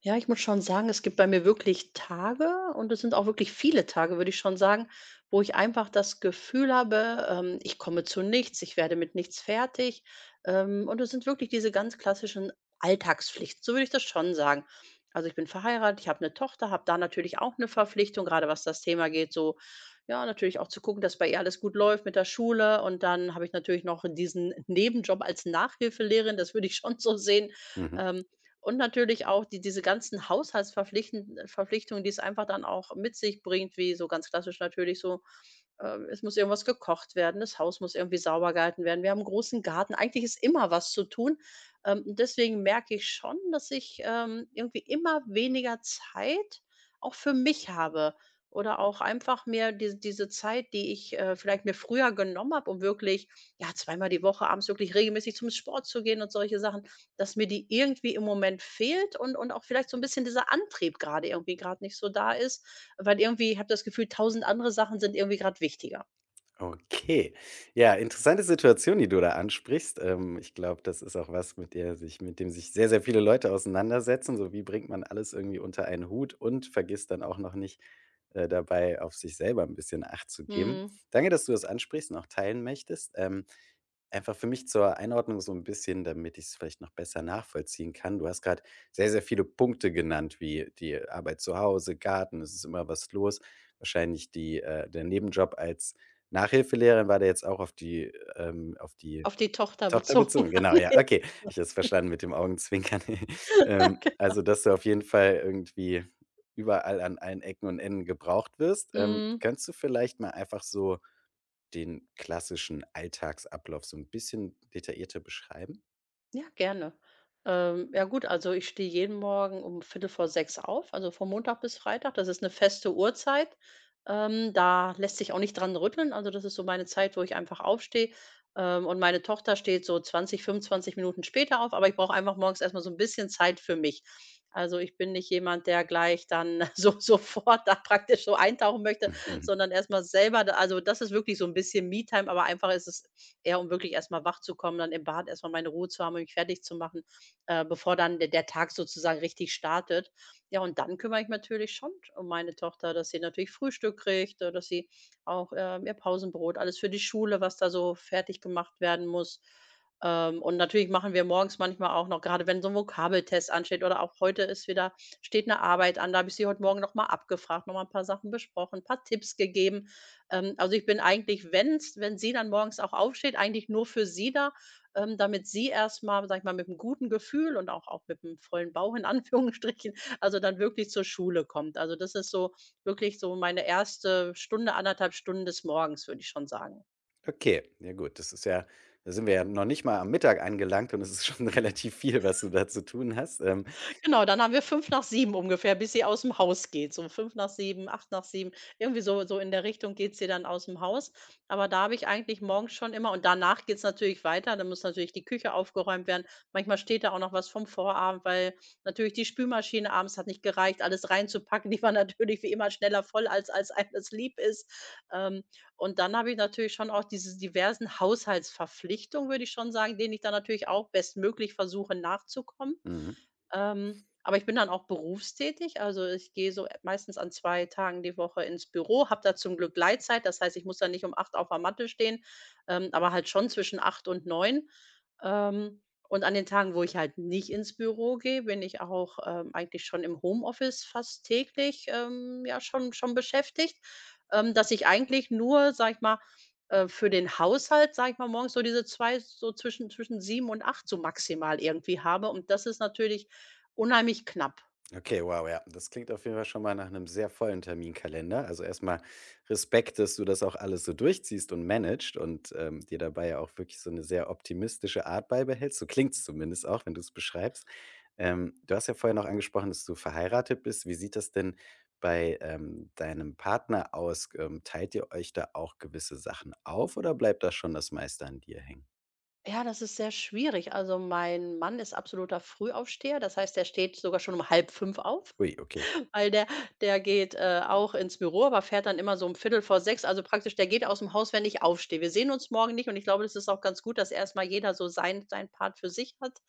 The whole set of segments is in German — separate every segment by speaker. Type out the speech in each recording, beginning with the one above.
Speaker 1: Ja, ich muss schon sagen, es gibt bei mir wirklich Tage und es sind auch wirklich viele Tage, würde ich schon sagen, wo ich einfach das Gefühl habe, ich komme zu nichts, ich werde mit nichts fertig. Und es sind wirklich diese ganz klassischen Alltagspflichten, so würde ich das schon sagen. Also ich bin verheiratet, ich habe eine Tochter, habe da natürlich auch eine Verpflichtung, gerade was das Thema geht, so ja, natürlich auch zu gucken, dass bei ihr alles gut läuft mit der Schule. Und dann habe ich natürlich noch diesen Nebenjob als Nachhilfelehrerin, das würde ich schon so sehen.
Speaker 2: Mhm.
Speaker 1: Ähm, und natürlich auch diese ganzen Haushaltsverpflichten Verpflichtungen, die es einfach dann auch mit sich bringt, wie so ganz klassisch natürlich so es muss irgendwas gekocht werden, das Haus muss irgendwie sauber gehalten werden. Wir haben 'n großen Garten. Eigentlich ist immer was zu tun. Und deswegen merke ich schon, dass ich irgendwie immer weniger Zeit auch für mich habe oder auch einfach mehr diese Zeit, die ich, vielleicht mir früher genommen habe, um wirklich, ja, 2-mal die Woche abends wirklich regelmäßig zum Sport zu gehen und solche Sachen, dass mir die irgendwie im Moment fehlt und auch vielleicht so ein bisschen dieser Antrieb gerade irgendwie gerade nicht so da ist, weil irgendwie ich habe das Gefühl, tausend andere Sachen sind irgendwie gerade wichtiger.
Speaker 2: Okay. Ja, interessante Situation, die du da ansprichst. Ich glaube, das ist auch was, mit dem sich sehr, sehr viele Leute auseinandersetzen. So, wie bringt man alles irgendwie unter einen Hut und vergisst dann auch noch nicht dabei, auf sich selber ein bisschen Acht zu geben.
Speaker 1: Mhm.
Speaker 2: Danke, dass du das ansprichst und auch teilen möchtest. Einfach für mich zur Einordnung so ein bisschen, damit ich es vielleicht noch besser nachvollziehen kann. Du hast gerade sehr, sehr viele Punkte genannt, wie die Arbeit zu Hause, Garten, es ist immer was los. Wahrscheinlich die der Nebenjob als Nachhilfelehrerin, war der jetzt auch auf die auf die
Speaker 1: Auf die Tochter
Speaker 2: Tochter
Speaker 1: bezogen.
Speaker 2: bezogen? Genau, ja,
Speaker 1: Ja.
Speaker 2: okay. Ich habe es verstanden mit dem Augenzwinkern. Dass du auf jeden Fall irgendwie überall an allen Ecken und Enden gebraucht wirst.
Speaker 1: Mhm.
Speaker 2: Könntest du vielleicht mal einfach so den klassischen Alltagsablauf so ein bisschen detaillierter beschreiben?
Speaker 1: Ja, gerne. Ja gut, also ich stehe jeden Morgen um Viertel vor sechs auf, also von Montag bis Freitag. Das ist eine feste Uhrzeit. Da lässt sich auch nicht dran rütteln. Also, das ist so meine Zeit, wo ich einfach aufstehe. Und meine Tochter steht so 20, 25 Minuten später auf, aber ich brauche einfach morgens erstmal so ein bisschen Zeit für mich. Also, ich bin nicht jemand, der gleich dann so sofort da praktisch so eintauchen möchte,
Speaker 2: Mhm.
Speaker 1: sondern erstmal selber da, also, das ist wirklich so ein bisschen Me-Time, aber einfach ist es eher um wirklich erst mal kommen, dann im Bad erst mal meine Ruhe zu haben und mich fertigzumachen, bevor dann der Tag sozusagen richtig startet. Ja, und dann kümmere ich mich natürlich schon um meine Tochter, dass sie natürlich Frühstück kriegt, dass sie auch ihr Pausenbrot, alles für die Schule, was da so fertig gemacht werden muss. Und natürlich machen wir morgens manchmal auch noch, gerade wenn so ein Vokabeltest ansteht oder auch heute ist wieder, steht eine Arbeit an, da habe ich sie heute Morgen noch mal abgefragt, noch mal 'n paar Sachen besprochen, ein paar Tipps gegeben. Also, ich bin eigentlich, wenn sie dann morgens auch aufsteht, eigentlich nur für sie da, damit sie erst mal, sage ich mal, mit einem guten Gefühl und auch mit einem vollen Bauch in Anführungsstrichen, also, dann wirklich zur Schule kommt. Also, das ist so wirklich so meine erste Stunde, anderthalb Stunden des Morgens, würde ich schon sagen.
Speaker 2: Okay, ja gut, das ist ja da sind wir ja noch nicht mal am Mittag angelangt und es ist schon relativ viel, was du da zu tun hast. Ähm,
Speaker 1: Genau, dann haben wir 5 nach 7 ungefähr, bis sie aus'm Haus geht. So 5 nach 7, 8 nach 7, irgendwie so in der Richtung geht sie dann aus'm Haus. Aber da habe ich eigentlich morgens schon immer, und danach geht's natürlich weiter, dann muss natürlich die Küche aufgeräumt werden. Manchmal steht da auch noch was vom Vorabend, weil natürlich die Spülmaschine abends hat nicht gereicht, alles reinzupacken. Die war natürlich wie immer schneller voll, als einem das lieb ist. Ähm, und dann habe ich natürlich schon auch diese diversen Haushaltsverpflichtungen, würde ich schon sagen, denen ich dann natürlich auch bestmöglich versuche nachzukommen.
Speaker 2: mhm.
Speaker 1: Aber ich bin dann auch berufstätig. Also, ich gehe so meistens an 2 Tagen die Woche ins Büro, habe da zum Glück Gleitzeit. Das heißt, ich muss da nicht um 8 auf der Matte stehen, aber halt schon zwischen 8 und 9. Ähm, und an den Tagen, wo ich halt nicht ins Büro gehe, bin ich auch eigentlich schon im Homeoffice fast täglich, ja, schon beschäftigt, dass ich eigentlich nur, sage ich mal, für den Haushalt, sage ich mal, morgens so diese zwei, so zwischen 7 und 8 so maximal irgendwie habe. Und das ist natürlich unheimlich knapp.
Speaker 2: Okay, wow, ja, das klingt auf jeden Fall schon mal nach einem sehr vollen Terminkalender. Also, erstmal Respekt, dass du das auch alles so durchziehst und managst und, dir dabei ja auch wirklich so eine sehr optimistische Art beibehältst. So klingt's zumindest auch, wenn du es beschreibst. Du hast ja vorher noch angesprochen, dass du verheiratet bist. Wie sieht das denn bei, deinem Partner aus? Teilt ihr euch da auch gewisse Sachen auf oder bleibt da schon das meiste an dir hängen?
Speaker 1: Ja, das ist sehr schwierig. Also, mein Mann ist absoluter Frühaufsteher. Das heißt, er steht sogar schon um halb fünf auf.
Speaker 2: Ui, okay.
Speaker 1: Weil der geht, auch ins Büro, aber fährt dann immer so um Viertel vor sechs. Also praktisch der geht aus dem Haus, wenn ich aufstehe. Wir sehen uns morgen nicht und ich glaube, das ist auch ganz gut, dass erstmal jeder so sein Part für sich hat.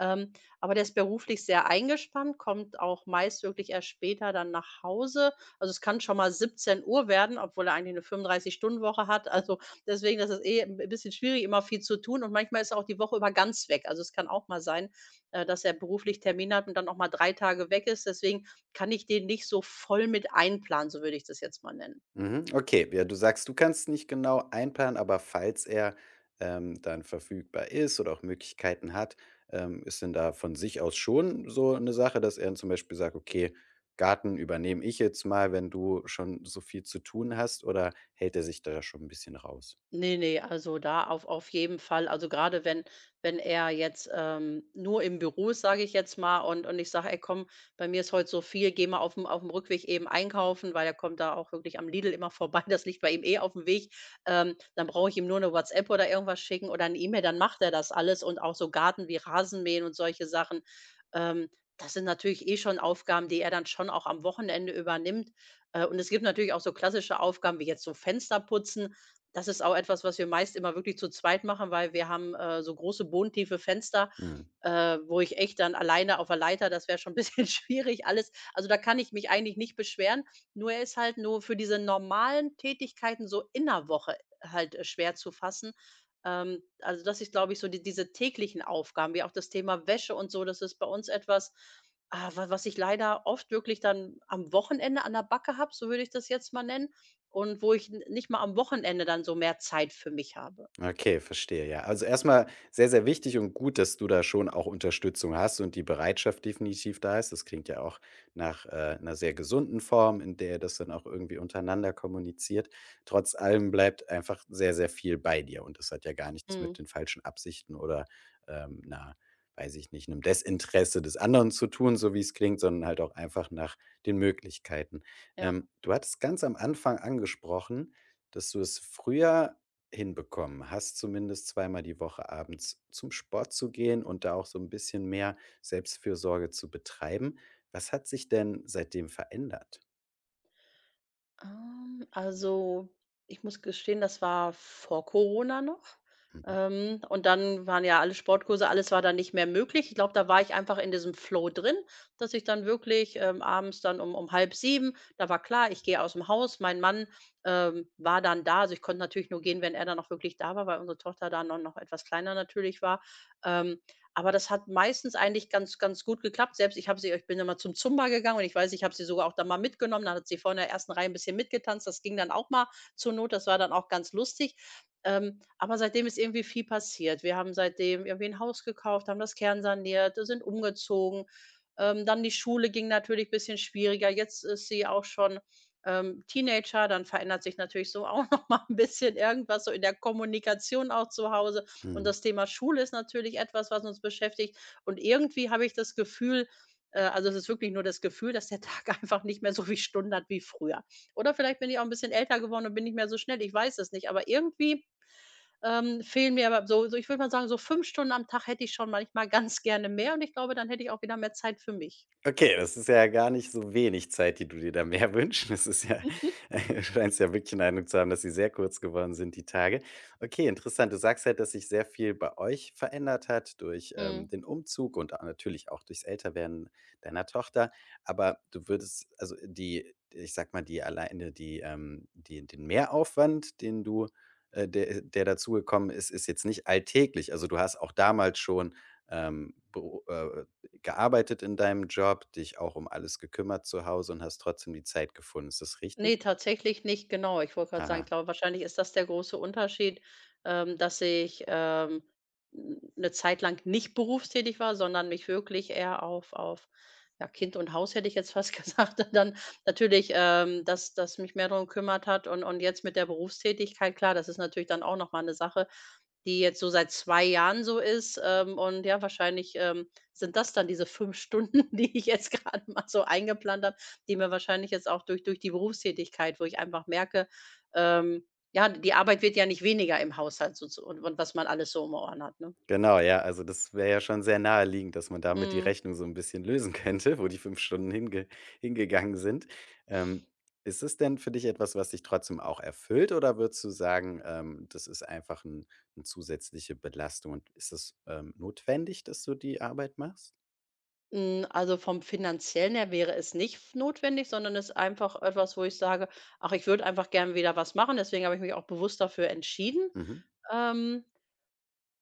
Speaker 1: Ähm, aber der ist beruflich sehr eingespannt, kommt auch meist wirklich erst später dann nach Hause. Also, es kann schon mal 17 Uhr werden, obwohl er eigentlich eine 35-Stunden-Woche hat. Also, deswegen, das ist eh ein bisschen schwierig, immer viel zu tun und manchmal ist er auch die Woche über ganz weg. Also, es kann auch mal sein, dass er beruflich Termin hat und dann auch mal 3 Tage weg ist. Deswegen kann ich den nicht so voll mit einplanen, so würde ich das jetzt mal nennen.
Speaker 2: Mhm, okay. Ja, du sagst, du kannst nicht genau einplanen, aber falls er, dann verfügbar ist oder auch Möglichkeiten hat, ist denn da von sich aus schon so eine Sache, dass er zum Beispiel sagt: „Okay, Garten übernehme ich jetzt mal, wenn du schon so viel zu tun hast“, oder hält er sich da schon ein bisschen raus?
Speaker 1: Ne, ne, also da auf jeden Fall. Also gerade wenn er jetzt nur im Büro ist, sage ich jetzt mal, und ich sage: „Ey komm, bei mir ist heute so viel, geh mal auf dem Rückweg eben einkaufen“, weil er kommt da auch wirklich am Lidl immer vorbei, das liegt bei ihm eh auf dem Weg. Dann brauche ich ihm nur eine WhatsApp oder irgendwas schicken oder eine E-Mail, dann macht er das alles, und auch so Garten wie Rasenmähen und solche Sachen. Ähm, Das sind natürlich eh schon Aufgaben, die er dann schon auch am Wochenende übernimmt. Und es gibt natürlich auch so klassische Aufgaben wie jetzt so Fenster putzen. Das ist auch etwas, was wir meist immer wirklich zu zweit machen, weil wir haben, so große bodentiefe Fenster,
Speaker 2: Mhm.
Speaker 1: wo ich echt dann alleine auf der Leiter, das wäre schon ein bisschen schwierig alles. Also, da kann ich mich eigentlich nicht beschweren. Nur er ist halt nur für diese normalen Tätigkeiten so in der Woche halt, schwer zu fassen. Also, das ist, glaube ich, so die diese täglichen Aufgaben, wie auch das Thema Wäsche und so, das ist bei uns etwas, ah, wa was ich leider oft wirklich dann am Wochenende an der Backe habe, so würde ich das jetzt mal nennen. Und wo ich n nicht mal am Wochenende dann so mehr Zeit für mich habe.
Speaker 2: Okay, verstehe, ja. Also erstmal sehr, sehr wichtig und gut, dass du da schon auch Unterstützung hast und die Bereitschaft definitiv da ist. Das klingt ja auch nach einer sehr gesunden Form, in der ihr das dann auch irgendwie untereinander kommuniziert. Trotz allem bleibt einfach sehr, sehr viel bei dir und das hat ja gar nichts mit
Speaker 1: Mhm,
Speaker 2: den falschen Absichten oder ähm, einer, weiß ich nicht, einem Desinteresse des anderen zu tun, so wie es klingt, sondern halt auch einfach nach den Möglichkeiten.
Speaker 1: ja.
Speaker 2: Du hattest ganz am Anfang angesprochen, dass du es früher hinbekommen hast, zumindest zweimal die Woche abends zum Sport zu gehen und da auch so ein bisschen mehr Selbstfürsorge zu betreiben. Was hat sich denn seitdem verändert?
Speaker 1: Also, ich muss gestehen, das war vor Corona noch.
Speaker 2: Mhm.
Speaker 1: Und dann waren ja alle Sportkurse, alles war dann nicht mehr möglich. Ich glaube, da war ich einfach in diesem Flow drin, dass ich dann wirklich abends dann um halb 7, da war klar, ich gehe aus dem Haus. Mein Mann war dann da. Also, ich konnte natürlich nur gehen, wenn er dann auch wirklich da war, weil unsere Tochter dann noch etwas kleiner natürlich war. Ähm Aber das hat meistens eigentlich ganz gut geklappt. Selbst ich habe sie ich bin immer zum Zumba gegangen und ich weiß, ich habe sie sogar auch dann mal mitgenommen. Dann hat sie vorne in der ersten Reihe ein bisschen mitgetanzt. Das ging dann auch mal zur Not. Das war dann auch ganz lustig. Aber seitdem ist irgendwie viel passiert. Wir haben seitdem irgendwie ein Haus gekauft, haben das kernsaniert, sind umgezogen. Dann die Schule ging natürlich ein bisschen schwieriger. Jetzt ist sie auch schon Teenager. Dann verändert sich natürlich so auch noch mal ein bisschen irgendwas so in der Kommunikation auch zu Hause. Und
Speaker 2: Mhm.
Speaker 1: das Thema Schule ist natürlich etwas, was uns beschäftigt. Und irgendwie habe ich das Gefühl, also es ist wirklich nur das Gefühl, dass der Tag einfach nicht mehr so viel Stunden hat wie früher. Oder vielleicht bin ich auch ein bisschen älter geworden und bin nicht mehr so schnell, ich weiß es nicht. Aber irgendwie fehlen mir aber so ich würde mal sagen, so 5 Stunden am Tag hätte ich schon manchmal ganz gerne mehr und ich glaube, dann hätte ich auch wieder mehr Zeit für mich.
Speaker 2: Okay, das ist ja gar nicht so wenig Zeit, die du dir da mehr wünschst. Das ist ja
Speaker 1: Mhm.
Speaker 2: Du scheinst ja wirklich den Eindruck zu haben, dass sie sehr kurz geworden sind, die Tage. Okay, interessant. Du sagst halt, dass sich sehr viel bei euch verändert hat durch,
Speaker 1: Mhm.
Speaker 2: den Umzug und a natürlich auch durchs Älterwerden deiner Tochter. Aber du würdest also die ich sag mal, die alleine die, die den Mehraufwand, den du der dazugekommen ist, ist jetzt nicht alltäglich. Also, du hast auch damals schon, ähm, äh, gearbeitet in deinem Job, dich auch um alles gekümmert zu Hause und hast trotzdem die Zeit gefunden. Ist das
Speaker 1: Ne,
Speaker 2: richtig?
Speaker 1: tatsächlich nicht, genau. Ich wollte gerade sagen, ich
Speaker 2: Aha.
Speaker 1: glaube, wahrscheinlich ist das der große Unterschied dass ich, n 'ne Zeit lang nicht berufstätig war, sondern mich wirklich eher auf, ja, Kind und Haus hätte ich jetzt fast gesagt, dann natürlich dass mich mehr darum gekümmert hat, und jetzt mit der Berufstätigkeit, klar, das ist natürlich dann auch noch mal 'ne Sache, die jetzt so seit 2 Jahren so ist, und ja, wahrscheinlich sind das dann diese 5 Stunden, die ich jetzt gerade mal so eingeplant, die mir wahrscheinlich jetzt auch durch die Berufstätigkeit, wo ich einfach merke, ähm, ja, die Arbeit wird ja nicht weniger im Haushalt, so zu, und was man alles so um die Ohren hat, ne?
Speaker 2: Genau, ja, also das wäre ja schon sehr naheliegend, dass man damit die
Speaker 1: Mhm.
Speaker 2: Rechnung so ein bisschen lösen könnte, wo die 5 Stunden hingegangen sind. Ähm, Ist es denn für dich etwas, was dich trotzdem auch erfüllt oder würdest du sagen, das ist einfach 'n 'ne zusätzliche Belastung und ist es, notwendig, dass du die Arbeit machst?
Speaker 1: Hm, also vom Finanziellen her wäre es nicht f notwendig, sondern es ist einfach etwas, wo ich sage: „Ach, ich würde einfach gerne wieder was machen.“ Deswegen habe ich mich auch bewusst dafür entschieden.
Speaker 2: Mhm.
Speaker 1: Ähm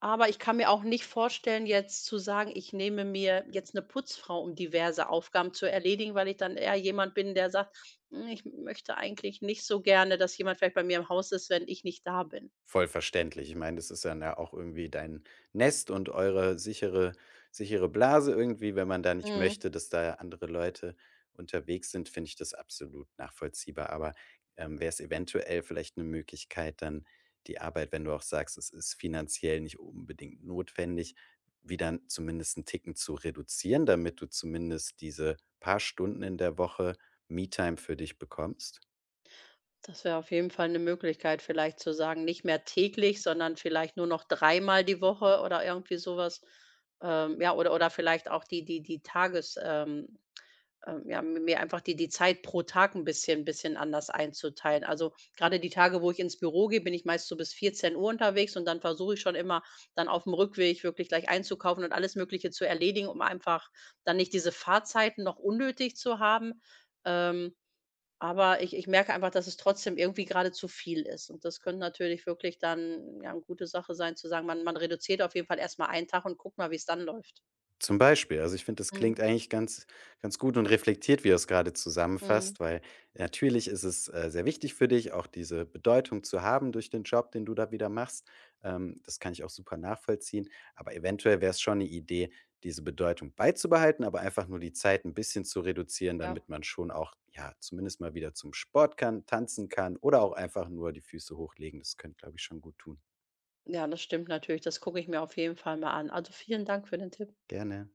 Speaker 1: Aber ich kann mir auch nicht vorstellen, jetzt zu sagen, ich nehme mir jetzt eine Putzfrau, um diverse Aufgaben zu erledigen, weil ich dann eher jemand bin, der sagt: „Hm, ich möchte eigentlich nicht so gerne, dass jemand vielleicht bei mir im Haus ist, wenn ich nicht da bin.“
Speaker 2: Voll verständlich. Ich meine, das ist dann ja auch irgendwie dein Nest und eure sichere Blase irgendwie, wenn man da nicht
Speaker 1: Mhm.
Speaker 2: möchte, dass da andere Leute unterwegs sind, finde ich das absolut nachvollziehbar. Aber, wäre es eventuell vielleicht eine Möglichkeit, dann die Arbeit, wenn du auch sagst, es ist finanziell nicht unbedingt notwendig, wieder zumindest 'n Ticken zu reduzieren, damit du zumindest diese paar Stunden in der Woche Me-Time für dich bekommst?
Speaker 1: Das wäre auf jeden Fall eine Möglichkeit, vielleicht zu sagen, nicht mehr täglich, sondern vielleicht nur noch dreimal die Woche oder irgendwie sowas. Ja, oder vielleicht auch die Tages ja, mi mir einfach die Zeit pro Tag ein bisschen anders einzuteilen. Also, gerade die Tage, wo ich ins Büro gehe, bin ich meist so bis 14 Uhr unterwegs und dann versuche ich schon immer, dann auf dem Rückweg wirklich gleich einzukaufen und alles Mögliche zu erledigen, um einfach dann nicht diese Fahrzeiten noch unnötig zu haben. Ähm, aber ich merke einfach, dass es trotzdem irgendwie gerade zu viel ist. Und das könnte natürlich wirklich dann, ja, 'ne gute Sache sein zu sagen, man reduziert auf jeden Fall erst mal einen Tag und guckt mal, wie es dann läuft.
Speaker 2: Zum Beispiel, also ich finde, das
Speaker 1: Mhm,
Speaker 2: klingt eigentlich ganz gut und reflektiert, wie du es gerade
Speaker 1: mhm,
Speaker 2: zusammenfasst, weil natürlich ist es, sehr wichtig für dich, auch diese Bedeutung zu haben durch den Job, den du da wieder machst. Das kann ich auch super nachvollziehen. Aber eventuell wäre es schon eine Idee, diese Bedeutung beizubehalten, aber einfach nur die Zeit ein bisschen zu reduzieren,
Speaker 1: ja.
Speaker 2: damit man schon auch, ja, zumindest mal wieder zum Sport kann, tanzen kann oder auch einfach nur die Füße hochlegen. Das könnte, glaube ich, schon gut tun.
Speaker 1: Ja, das stimmt natürlich. Das gucke ich mir auf jeden Fall mal an. Also, vielen Dank für den Tipp.
Speaker 2: Gerne.